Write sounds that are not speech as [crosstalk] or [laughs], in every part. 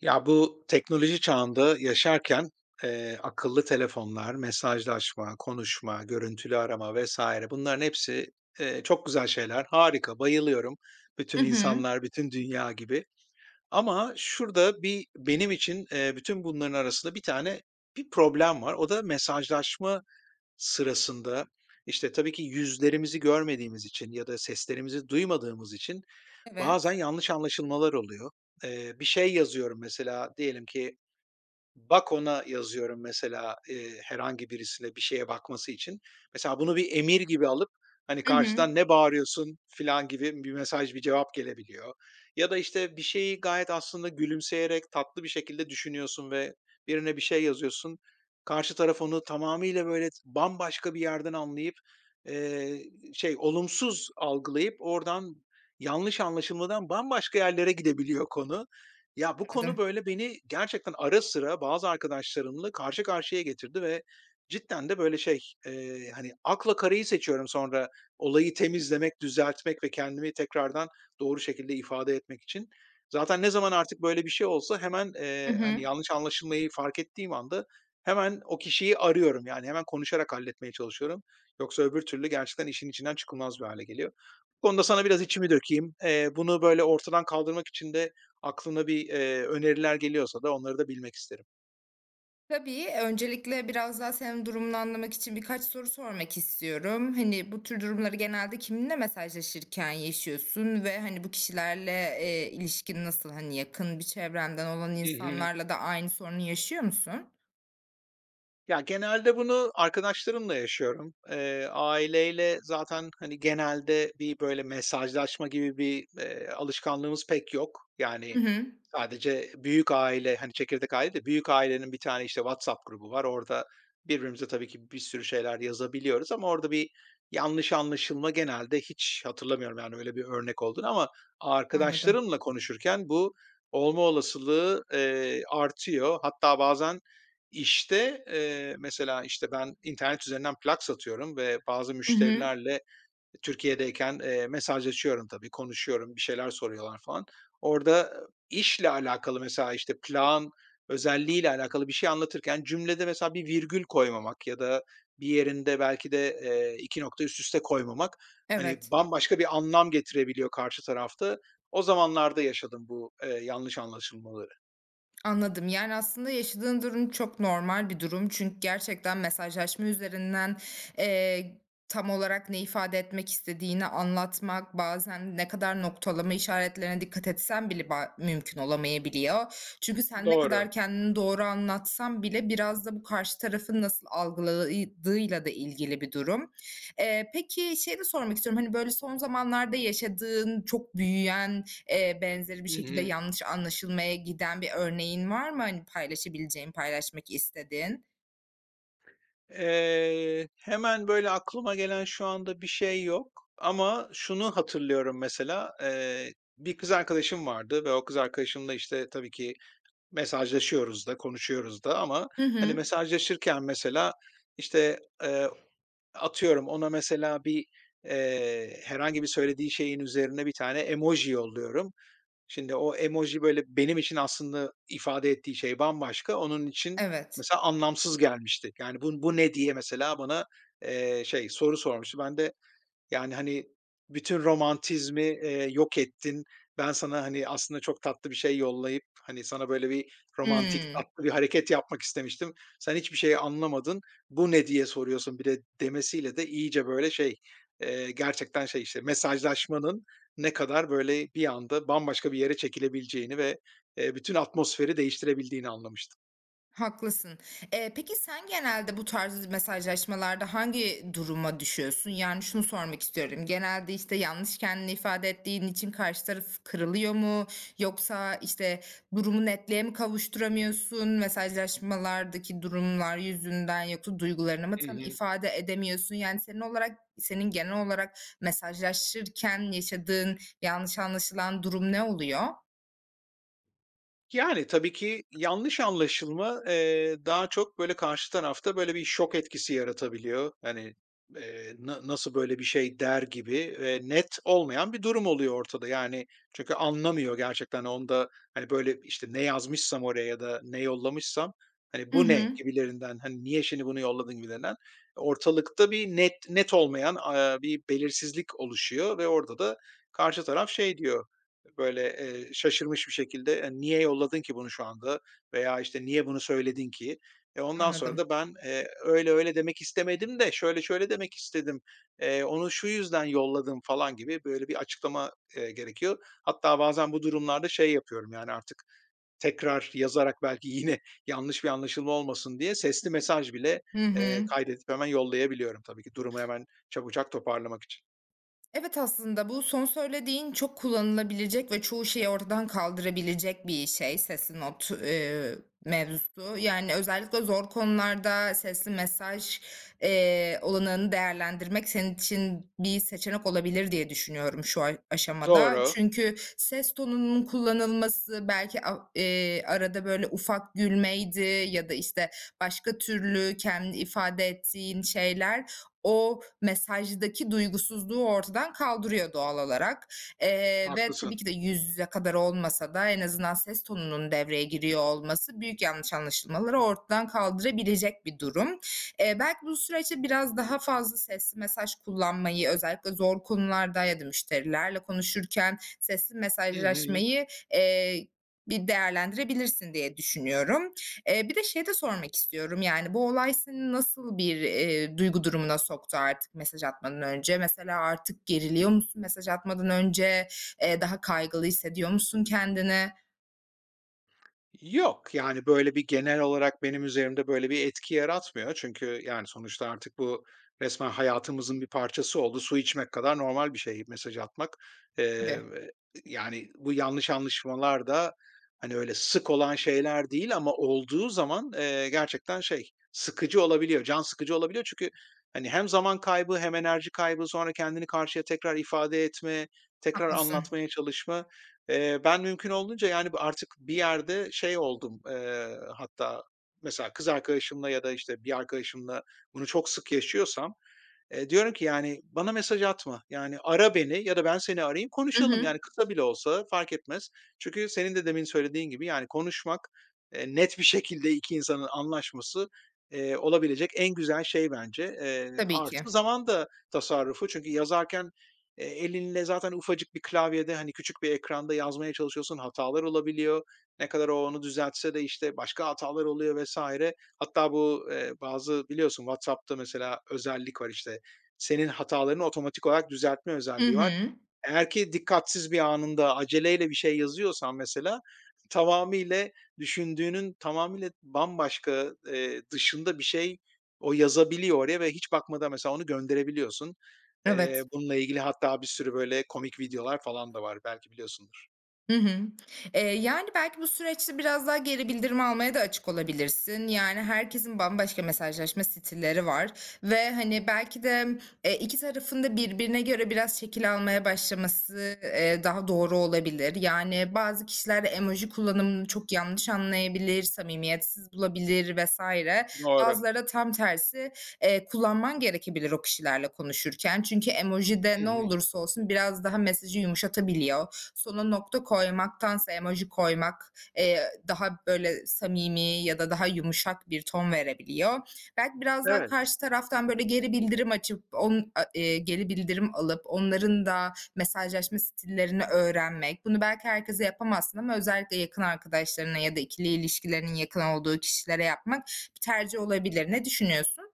Ya, bu teknoloji çağında yaşarken, akıllı telefonlar, mesajlaşma, konuşma, görüntülü arama vesaire bunların hepsi, çok güzel şeyler. Harika, bayılıyorum. Hı Bütün hı. insanlar, bütün dünya gibi. Ama şurada bir benim için, bütün bunların arasında bir problem var. O da mesajlaşma sırasında, işte, tabii ki yüzlerimizi görmediğimiz için ya da seslerimizi duymadığımız için bazen Evet. yanlış anlaşılmalar oluyor. Bir şey yazıyorum, mesela diyelim ki bak, ona yazıyorum mesela, herhangi birisine bir şeye bakması için. Mesela bunu bir emir gibi alıp, hani, Hı hı. karşıdan "Ne bağırıyorsun?" filan gibi bir mesaj, bir cevap gelebiliyor. Ya da, işte, bir şeyi gayet aslında gülümseyerek tatlı bir şekilde düşünüyorsun ve birine bir şey yazıyorsun. Karşı taraf onu tamamıyla böyle bambaşka bir yerden anlayıp, eee, olumsuz algılayıp oradan yanlış anlaşılmadan bambaşka yerlere gidebiliyor konu. Ya, bu konu, Anladım. böyle, beni gerçekten ara sıra bazı arkadaşlarımla karşı karşıya getirdi ve cidden de, böyle, akla karayı seçiyorum sonra olayı temizlemek, düzeltmek ve kendimi tekrardan doğru şekilde ifade etmek için. Zaten ne zaman artık böyle bir şey olsa hemen, Hı hani, hı. yanlış anlaşılmayı fark ettiğim anda hemen o kişiyi arıyorum. Yani, hemen konuşarak halletmeye çalışıyorum. Yoksa öbür türlü gerçekten işin içinden çıkılmaz bir hale geliyor. Bu konuda sana biraz içimi dökeyim. Bunu, böyle, ortadan kaldırmak için de aklına bir, öneriler geliyorsa da onları da bilmek isterim. Tabii, öncelikle biraz daha senin durumunu anlamak için birkaç soru sormak istiyorum. Hani, bu tür durumları genelde kiminle mesajlaşırken yaşıyorsun ve, hani, bu kişilerle, ilişkin nasıl? Hani, yakın bir çevrenden olan Hı hı. insanlarla da aynı sorunu yaşıyor musun? Ya, genelde bunu arkadaşlarımla yaşıyorum. Aileyle zaten, hani, genelde bir, böyle, mesajlaşma gibi bir, alışkanlığımız pek yok. Hı Yani, hı. sadece büyük aile, hani, çekirdek aile de büyük ailenin bir tane, işte, WhatsApp grubu var. Orada birbirimize tabii ki bir sürü şeyler yazabiliyoruz ama orada bir yanlış anlaşılma genelde hiç hatırlamıyorum, yani, öyle bir örnek olduğunu, ama Anladım. arkadaşlarımla konuşurken bu olma olasılığı, artıyor. Hatta bazen, işte, mesela, işte, ben internet üzerinden plak satıyorum ve bazı Hı hı. müşterilerle Türkiye'deyken, mesajlaşıyorum tabii, konuşuyorum, bir şeyler soruyorlar falan. Orada işle alakalı mesela, işte, plağın özelliğiyle alakalı bir şey anlatırken cümlede mesela bir virgül koymamak ya da bir yerinde belki de, 2 nokta üst üste koymamak, hani, Evet. bambaşka bir anlam getirebiliyor karşı tarafta. O zamanlarda yaşadım bu, yanlış anlaşılmaları. Anladım. Yani, aslında yaşadığın durum çok normal bir durum. Çünkü gerçekten mesajlaşma üzerinden, eee, tam olarak ne ifade etmek istediğini anlatmak, bazen ne kadar noktalama işaretlerine dikkat etsen bile mümkün olamayabiliyor. Çünkü sen ne kadar Doğru. kendini doğru anlatsan bile biraz da bu karşı tarafın nasıl algıladığıyla da ilgili bir durum. Peki, şeyi de sormak istiyorum, hani, böyle, son zamanlarda yaşadığın, çok büyüyen, benzeri bir Hı şekilde hı. yanlış anlaşılmaya giden bir örneğin var mı? Hani paylaşabileceğin, paylaşmak istediğin? Hemen böyle aklıma gelen şu anda bir şey yok, ama şunu hatırlıyorum mesela, bir kız arkadaşım vardı ve o kız arkadaşımla, işte, tabii ki mesajlaşıyoruz da, konuşuyoruz da, ama Hı hani, hı. mesajlaşırken mesela, işte, eee, atıyorum ona mesela bir, herhangi bir söylediği şeyin üzerine bir tane emoji yolluyorum. Şimdi o emoji, böyle, benim için aslında ifade ettiği şey bambaşka. Onun için Evet. mesela anlamsız gelmişti. Yani, "Bu ne?" diye mesela bana, soru sormuştu. Ben de, yani, hani, bütün romantizmi, yok ettin. Ben sana, hani, aslında çok tatlı bir şey yollayıp, hani, sana böyle bir romantik Hıı. tatlı bir hareket yapmak istemiştim. Sen hiçbir şey anlamadın. "Bu ne?" diye soruyorsun bir de demesiyle de iyice böyle gerçekten, şey, işte, mesajlaşmanın ne kadar böyle bir anda bambaşka bir yere çekilebileceğini ve, bütün atmosferi değiştirebildiğini anlamıştım. Haklısın. Peki sen genelde bu tarz mesajlaşmalarda hangi duruma düşüyorsun? Yani şunu sormak istiyorum. Genelde, işte, yanlış kendini ifade ettiğin için karşı taraf kırılıyor mu? Yoksa, işte, durumu netliğe mi kavuşturamıyorsun mesajlaşmalardaki durumlar yüzünden? Yoksa duygularını mı Hı tam hı. ifade edemiyorsun? Yani senin genel olarak mesajlaşırken yaşadığın yanlış anlaşılan durum ne oluyor? Yani, tabii ki yanlış anlaşılma, daha çok, böyle, karşı tarafta, böyle, bir şok etkisi yaratabiliyor. Hani, "Na nasıl böyle bir şey?" der gibi, net olmayan bir durum oluyor ortada. Yani, çünkü anlamıyor gerçekten onda, hani, böyle, işte, ne yazmışsam oraya ya da ne yollamışsam, hani, Hı "Bu ne?" hı. gibilerinden, hani, "Niye şimdi bunu yolladın?" gibilerinden ortalıkta bir net olmayan, bir belirsizlik oluşuyor ve orada da karşı taraf şey diyor, böyle, şaşırmış bir şekilde, "Niye yolladın ki bunu şu anda?" veya, işte, "Niye bunu söyledin ki?" E, ondan sonra Anladım. da ben, "Öyle demek istemedim de şöyle şöyle demek istedim. Onu şu yüzden yolladım." falan gibi böyle bir açıklama, gerekiyor. Hatta bazen bu durumlarda şey yapıyorum, yani, artık tekrar yazarak belki yine [laughs] yanlış bir anlaşılma olmasın diye sesli mesaj bile, Hı hı. kaydedip hemen yollayabiliyorum tabii ki durumu hemen çabucak toparlamak için. Evet, aslında bu son söylediğin çok kullanılabilecek ve çoğu şeyi ortadan kaldırabilecek bir şey sesli not, mevzusu. Yani, özellikle zor konularda sesli mesaj, olanağını değerlendirmek senin için bir seçenek olabilir diye düşünüyorum şu aşamada. Doğru, Çünkü ses tonunun kullanılması belki a arada böyle ufak gülmeydi ya da, işte, başka türlü kendi ifade ettiğin şeyler o mesajdaki duygusuzluğu ortadan kaldırıyor doğal olarak. Ve tabii haklısın. ki de yüz yüze kadar olmasa da en azından ses tonunun devreye giriyor olması büyük yanlış anlaşılmaları ortadan kaldırabilecek bir durum. Belki bu süreçte biraz daha fazla sesli mesaj kullanmayı, özellikle zor konularda ya da müşterilerle konuşurken sesli Hı hı. mesajlaşmayı, eee, bir değerlendirebilirsin diye düşünüyorum. Bir de şeyi de sormak istiyorum, yani, bu olay seni nasıl bir, duygu durumuna soktu artık mesaj atmadan önce? Mesela artık geriliyor musun mesaj atmadan önce? Daha kaygılı hissediyor musun kendini? Yok, yani, böyle, bir genel olarak benim üzerimde böyle bir etki yaratmıyor. Çünkü, yani, sonuçta artık bu resmen hayatımızın bir parçası oldu. Su içmek kadar normal bir şey mesaj atmak. Eee, Tabii, yani, bu yanlış anlaşmalar da, hani, öyle sık olan şeyler değil, ama olduğu zaman, gerçekten şey, sıkıcı olabiliyor, can sıkıcı olabiliyor. Çünkü, hani, hem zaman kaybı hem enerji kaybı, sonra kendini karşıya tekrar ifade etme, tekrar haklısın. anlatmaya çalışma. Ben mümkün olduğunca, yani, artık bir yerde şey oldum, hatta mesela kız arkadaşımla ya da, işte, bir arkadaşımla bunu çok sık yaşıyorsam, diyorum ki, yani, bana mesaj atma. Yani, ara beni ya da ben seni arayayım, Hı konuşalım. hı. Yani, kısa bile olsa fark etmez. Çünkü senin de demin söylediğin gibi, yani, konuşmak, net bir şekilde 2 insanın anlaşması, olabilecek en güzel şey bence. Tabii ki. Artı zaman da tasarrufu. Çünkü yazarken, elinle zaten ufacık bir klavyede, hani, küçük bir ekranda yazmaya çalışıyorsun, hatalar olabiliyor. Ne kadar onu düzeltse de, işte, başka hatalar oluyor vesaire. Hatta bu, bazı biliyorsun WhatsApp'ta mesela özellik var, işte, senin hatalarını otomatik olarak düzeltme Hı özelliği var. hı. Eğer ki dikkatsiz bir anında aceleyle bir şey yazıyorsan mesela tamamıyla düşündüğünün tamamıyla bambaşka, dışında bir şey o yazabiliyor oraya ve hiç bakmadan mesela onu gönderebiliyorsun. Evet. Bununla ilgili hatta bir sürü böyle komik videolar falan da var. Belki biliyorsundur. Hı hı. Yani, belki bu süreçte biraz daha geri bildirim almaya da açık olabilirsin. Yani, herkesin bambaşka mesajlaşma stilleri var ve, hani, belki de, 2 tarafın da birbirine göre biraz şekil almaya başlaması, daha doğru olabilir. Yani, bazı kişiler emoji kullanımını çok yanlış anlayabilir, samimiyetsiz bulabilir vesaire. Doğru. Bazıları da tam tersi, kullanman gerekebilir o kişilerle konuşurken. Çünkü emoji Hı de ne hı. olursa olsun biraz daha mesajı yumuşatabiliyor sona nokta koymaktansa emoji koymak e, daha böyle samimi ya da daha yumuşak bir ton verebiliyor. Belki biraz daha Evet. karşı taraftan böyle geri bildirim açıp geri bildirim alıp onların da mesajlaşma stillerini öğrenmek. Bunu belki herkese yapamazsın ama özellikle yakın arkadaşlarına ya da ikili ilişkilerinin yakın olduğu kişilere yapmak bir tercih olabilir. Ne düşünüyorsun?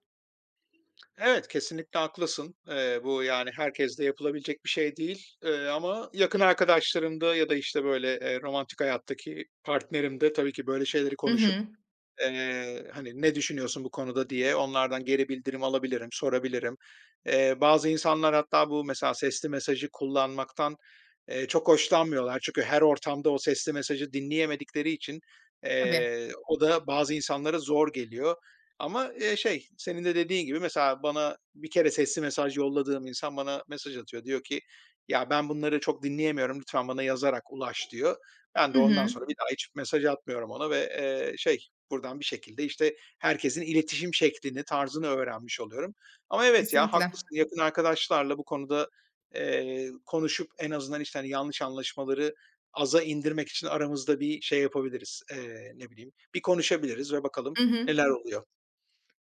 Evet, kesinlikle haklısın. Bu, yani, herkeste yapılabilecek bir şey değil, ama yakın arkadaşlarımda ya da, işte, böyle, romantik hayattaki partnerimde tabii ki böyle şeyleri Hı konuşup, hı. Hani, "Ne düşünüyorsun bu konuda?" diye onlardan geri bildirim alabilirim, sorabilirim. Bazı insanlar hatta bu mesela sesli mesajı kullanmaktan, çok hoşlanmıyorlar. Çünkü her ortamda o sesli mesajı dinleyemedikleri için, Tabii. O da bazı insanlara zor geliyor. Ama, senin de dediğin gibi mesela bana bir kere sesli mesaj yolladığım insan bana mesaj atıyor. Diyor ki, "Ya, ben bunları çok dinleyemiyorum. Lütfen bana yazarak ulaş." diyor. Ben de Hı ondan hı. sonra bir daha hiç mesaj atmıyorum ona ve, buradan bir şekilde, işte, herkesin iletişim şeklini, tarzını öğrenmiş oluyorum. Ama evet ya, Kesinlikle. haklısın. Yakın arkadaşlarla bu konuda, konuşup en azından, işte, hani, yanlış anlaşmaları aza indirmek için aramızda bir şey yapabiliriz. Ne bileyim, bir konuşabiliriz ve bakalım Hı hı. neler oluyor.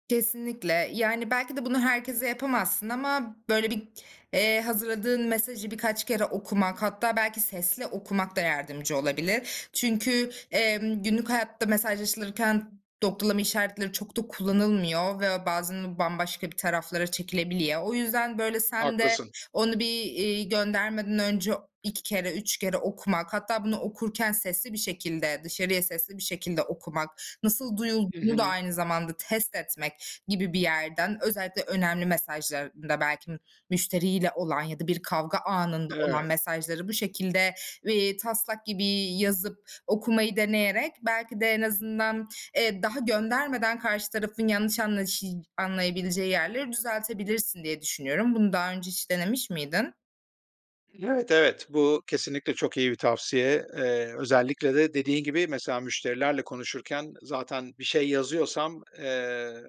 Kesinlikle. Yani, belki de bunu herkese yapamazsın ama böyle bir, hazırladığın mesajı birkaç kere okumak, hatta belki sesli okumak da yardımcı olabilir. Çünkü, günlük hayatta mesajlaşılırken noktalama işaretleri çok da kullanılmıyor ve bazen bambaşka bir taraflara çekilebiliyor. O yüzden, böyle, sen de Haklısın. onu bir, göndermeden önce 2 kere, 3 kere okumak, hatta bunu okurken sesli bir şekilde, dışarıya sesli bir şekilde okumak, nasıl Hı duyulduğunu da hı. aynı zamanda test etmek gibi bir yerden özellikle önemli mesajlarında belki müşteriyle olan ya da bir kavga anında olan Evet. mesajları bu şekilde, taslak gibi yazıp okumayı deneyerek belki de en azından, daha göndermeden karşı tarafın yanlış anlaşı anlayabileceği yerleri düzeltebilirsin diye düşünüyorum. Bunu daha önce hiç denemiş miydin? Evet. Bu kesinlikle çok iyi bir tavsiye. Özellikle de dediğin gibi mesela müşterilerle konuşurken zaten bir şey yazıyorsam,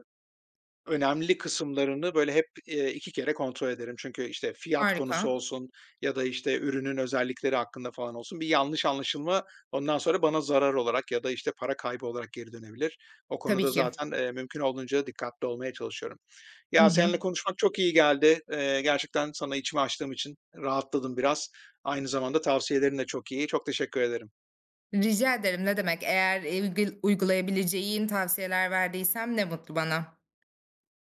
önemli kısımlarını böyle hep, 2 kere kontrol ederim. Çünkü, işte, fiyat konusu Harika. olsun ya da, işte, ürünün özellikleri hakkında falan olsun bir yanlış anlaşılma ondan sonra bana zarar olarak ya da, işte, para kaybı olarak geri dönebilir. O Tabii konuda ki. zaten, mümkün olduğunca dikkatli olmaya çalışıyorum. Hı Ya, hı. seninle konuşmak çok iyi geldi. Gerçekten sana içimi açtığım için rahatladım biraz. Aynı zamanda tavsiyelerin de çok iyi. Çok teşekkür ederim. Rica ederim, ne demek. Eğer, uygulayabileceğin tavsiyeler verdiysem ne mutlu bana.